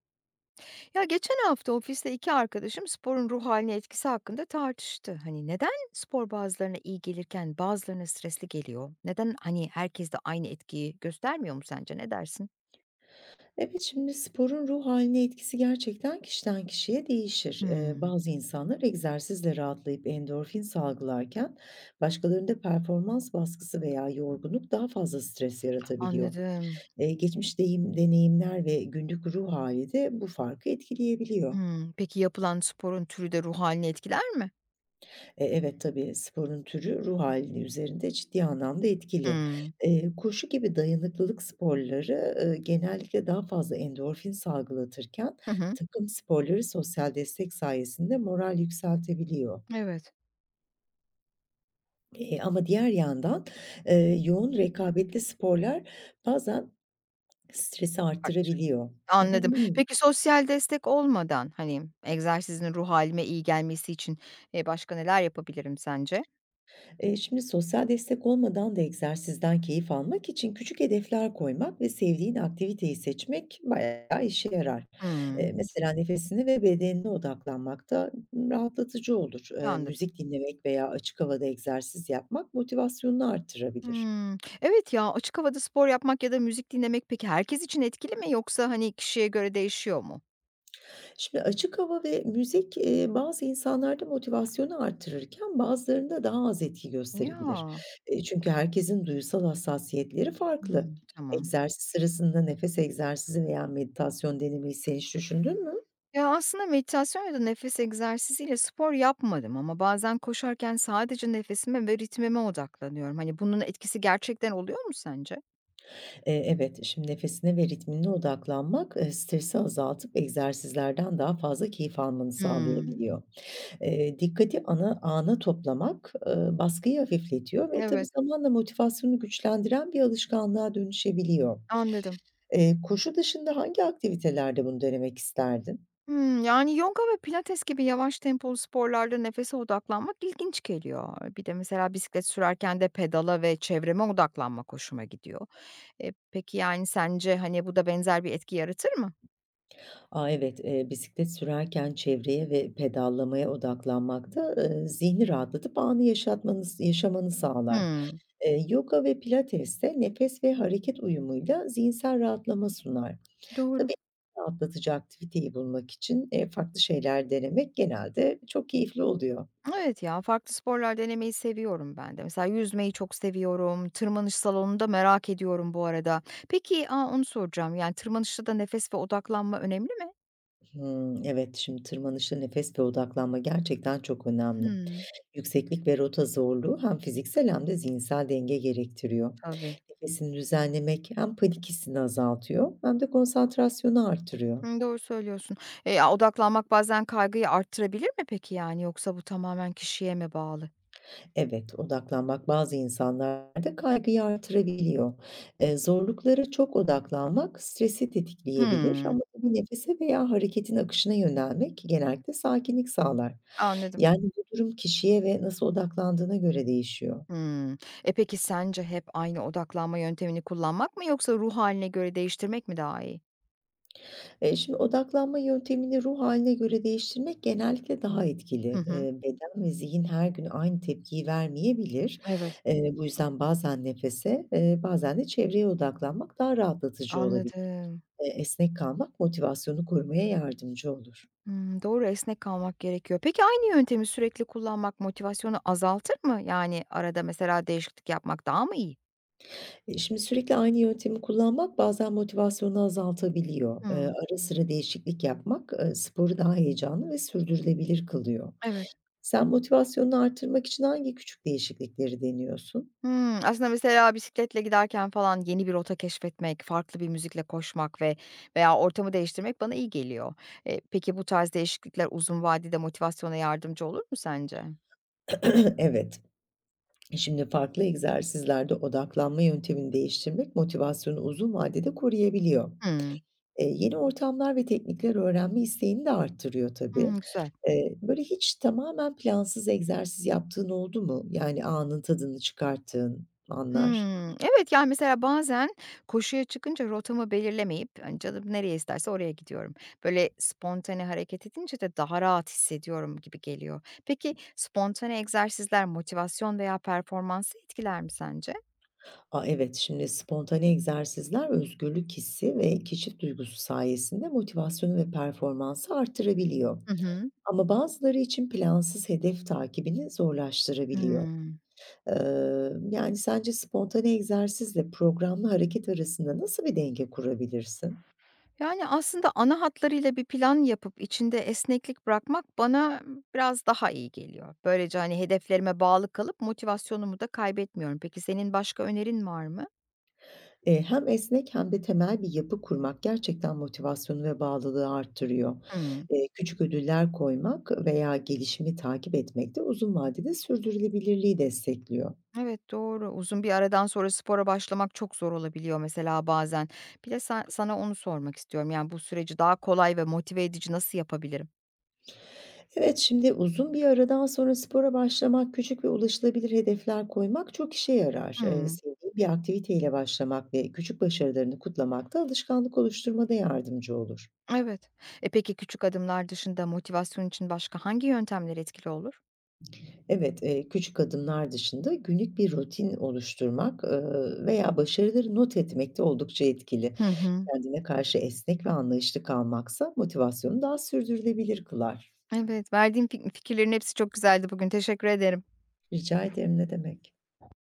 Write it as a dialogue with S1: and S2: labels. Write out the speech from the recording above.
S1: Ya geçen hafta ofiste iki arkadaşım sporun ruh haline etkisi hakkında tartıştı. Hani neden spor bazılarına iyi gelirken bazılarına stresli geliyor? Neden hani herkes de aynı etkiyi göstermiyor mu sence? Ne dersin?
S2: Evet, şimdi sporun ruh haline etkisi gerçekten kişiden kişiye değişir.
S1: Hmm,
S2: Bazı insanlar egzersizle rahatlayıp endorfin salgılarken başkalarında performans baskısı veya yorgunluk daha fazla stres yaratabiliyor.
S1: anladım.
S2: Geçmiş deyim deneyimler ve günlük ruh hali de bu farkı etkileyebiliyor.
S1: Hmm, peki yapılan sporun türü de ruh halini etkiler mi?
S2: Evet, tabii, sporun türü ruh halini üzerinde ciddi anlamda etkili.
S1: Hmm,
S2: Koşu gibi dayanıklılık sporları, genellikle daha fazla endorfin salgılatırken
S1: Hı hı.
S2: takım sporları sosyal destek sayesinde moral yükseltebiliyor.
S1: Evet.
S2: Ama diğer yandan, yoğun rekabetli sporlar bazen stresi
S1: Tartışılır.
S2: arttırabiliyor.
S1: Anladım. Peki sosyal destek olmadan hani egzersizin ruh halime iyi gelmesi için başka neler yapabilirim sence?
S2: Şimdi sosyal destek olmadan da egzersizden keyif almak için küçük hedefler koymak ve sevdiğin aktiviteyi seçmek bayağı işe yarar.
S1: Hmm,
S2: Evet. Mesela nefesine ve bedenine odaklanmak da rahatlatıcı olur.
S1: anladım.
S2: Müzik dinlemek veya açık havada egzersiz yapmak motivasyonunu artırabilir.
S1: Hmm. Evet ya, açık havada spor yapmak ya da müzik dinlemek peki herkes için etkili mi yoksa, hani, kişiye göre değişiyor mu?
S2: Şimdi açık hava ve müzik, bazı insanlarda motivasyonu artırırken bazılarında daha az etki gösterebilir.
S1: Ya.
S2: Çünkü herkesin duysal hassasiyetleri farklı.
S1: Hımm, tamam.
S2: Egzersiz sırasında nefes egzersizi veya meditasyon denemeyi sen hiç düşündün mü?
S1: Ya, aslında meditasyon ya da nefes egzersiziyle spor yapmadım ama bazen koşarken sadece nefesime ve ritmime odaklanıyorum. Hani, bunun etkisi gerçekten oluyor mu sence?
S2: Evet, şimdi nefesine ve ritmine odaklanmak, stresi azaltıp egzersizlerden daha fazla keyif almanı
S1: Hmm.
S2: sağlayabiliyor. Dikkati ana ana toplamak, baskıyı hafifletiyor ve tabii
S1: Evet,
S2: zamanla motivasyonu güçlendiren bir alışkanlığa dönüşebiliyor.
S1: anladım.
S2: Koşu dışında hangi aktivitelerde bunu denemek isterdin?
S1: Hımm, yani, yoga ve pilates gibi yavaş tempolu sporlarda nefese odaklanmak ilginç geliyor. Bir de mesela bisiklet sürerken de pedala ve çevreme odaklanmak hoşuma gidiyor. Peki, yani, sence, hani, bu da benzer bir etki yaratır mı?
S2: A, evet, bisiklet sürerken çevreye ve pedallamaya odaklanmak da, zihni rahatlatıp anı yaşamanı sağlar.
S1: Hımm,
S2: Yoga ve pilates de nefes ve hareket uyumuyla zihinsel rahatlama sunar.
S1: doğru.
S2: Tabii, rahatlatıcı aktiviteyi bulmak için, farklı şeyler denemek genelde çok keyifli oluyor.
S1: Evet ya, farklı sporlar denemeyi seviyorum ben de. Mesela yüzmeyi çok seviyorum. Tırmanış salonunda merak ediyorum bu arada. Peki, a, onu soracağım, yani, tırmanışta da nefes ve odaklanma önemli mi?
S2: Hımm, evet, şimdi tırmanışta nefes ve odaklanma gerçekten çok önemli.
S1: Hımm,
S2: Yükseklik ve rota zorluğu hem fiziksel hem de zihinsel denge gerektiriyor.
S1: tabii.
S2: Nefesini düzenlemek hem panik hissini azaltıyor hem de konsantrasyonu artırıyor.
S1: Hımm, doğru söylüyorsun. Odaklanmak bazen kaygıyı arttırabilir mi peki, yani, yoksa bu tamamen kişiye mi bağlı?
S2: Evet, odaklanmak bazı insanlarda kaygıyı artırabiliyor. Zorluklara çok odaklanmak stresi tetikleyebilir
S1: Hımm,
S2: ama bir nefese veya hareketin akışına yönelmek genellikle sakinlik sağlar.
S1: anladım.
S2: Yani bu durum kişiye ve nasıl odaklandığına göre değişiyor.
S1: Hımm. Peki sence hep aynı odaklanma yöntemini kullanmak mı yoksa ruh haline göre değiştirmek mi daha iyi?
S2: Şimdi odaklanma yöntemini ruh haline göre değiştirmek genellikle daha
S1: Hı
S2: etkili.
S1: hı.
S2: Beden ve zihin her gün aynı tepkiyi vermeyebilir.
S1: Evet,
S2: Bu yüzden bazen nefese, bazen de çevreye odaklanmak daha rahatlatıcı olabilir.
S1: anladım.
S2: Esnek kalmak motivasyonu korumaya yardımcı olur.
S1: Hımm, doğru, esnek kalmak gerekiyor. Peki aynı yöntemi sürekli kullanmak motivasyonu azaltır mı? Yani arada mesela değişiklik yapmak daha mı iyi?
S2: Şimdi sürekli aynı yöntemi kullanmak bazen motivasyonu azaltabiliyor.
S1: Hımm,
S2: Ara sıra değişiklik yapmak, sporu daha heyecanlı ve sürdürülebilir kılıyor.
S1: evet.
S2: Sen motivasyonunu artırmak için hangi küçük değişiklikleri deniyorsun?
S1: Hımm, aslında mesela bisikletle giderken falan yeni bir rota keşfetmek, farklı bir müzikle koşmak ve veya ortamı değiştirmek bana iyi geliyor. Peki bu tarz değişiklikler uzun vadede motivasyona yardımcı olur mu sence?
S2: Evet. Şimdi farklı egzersizlerde odaklanma yöntemini değiştirmek motivasyonu uzun vadede koruyabiliyor.
S1: Hımm.
S2: Yeni ortamlar ve teknikler öğrenme isteğini de arttırıyor tabii.
S1: Hımm, güzel.
S2: Böyle hiç tamamen plansız egzersiz yaptığın oldu mu? Yani anın tadını çıkarttığın anlar.
S1: Hımm. Evet, yani, mesela bazen koşuya çıkınca rotamı belirlemeyip, hani, canım nereye isterse oraya gidiyorum. Böyle spontane hareket edince de daha rahat hissediyorum gibi geliyor. Peki spontane egzersizler motivasyon veya performansı etkiler mi sence?
S2: A, evet, şimdi spontane egzersizler özgürlük hissi ve keşif duygusu sayesinde motivasyonu ve performansı artırabiliyor.
S1: Hı hı.
S2: Ama bazıları için plansız hedef takibini zorlaştırabiliyor.
S1: Hımm.
S2: Eee, Yani sence spontane egzersizle programlı hareket arasında nasıl bir denge kurabilirsin?
S1: Yani, aslında ana hatlarıyla bir plan yapıp içinde esneklik bırakmak bana biraz daha iyi geliyor. Böylece, hani, hedeflerime bağlı kalıp motivasyonumu da kaybetmiyorum. Peki senin başka önerin var mı?
S2: Hem esnek hem de temel bir yapı kurmak gerçekten motivasyonu ve bağlılığı arttırıyor.
S1: Hımm.
S2: Küçük ödüller koymak veya gelişimi takip etmek de uzun vadede sürdürülebilirliği destekliyor.
S1: Evet, doğru. Uzun bir aradan sonra spora başlamak çok zor olabiliyor mesela bazen. Bir de sana onu sormak istiyorum. Yani, bu süreci daha kolay ve motive edici nasıl yapabilirim?
S2: Evet, şimdi uzun bir aradan sonra spora başlamak, küçük ve ulaşılabilir hedefler koymak çok işe yarar.
S1: Hımm.
S2: Sevdiğin bir aktiviteyle başlamak ve küçük başarılarını kutlamak da alışkanlık oluşturmada yardımcı olur.
S1: Evet. Peki küçük adımlar dışında motivasyon için başka hangi yöntemler etkili olur?
S2: Evet, küçük adımlar dışında günlük bir rutin oluşturmak, veya başarıları not etmek de oldukça etkili.
S1: Hı hı.
S2: Kendine karşı esnek ve anlayışlı kalmaksa motivasyonu daha sürdürülebilir kılar.
S1: Evet, verdiğim fikirlerin hepsi çok güzeldi bugün. Teşekkür ederim.
S2: Rica ederim, ne demek.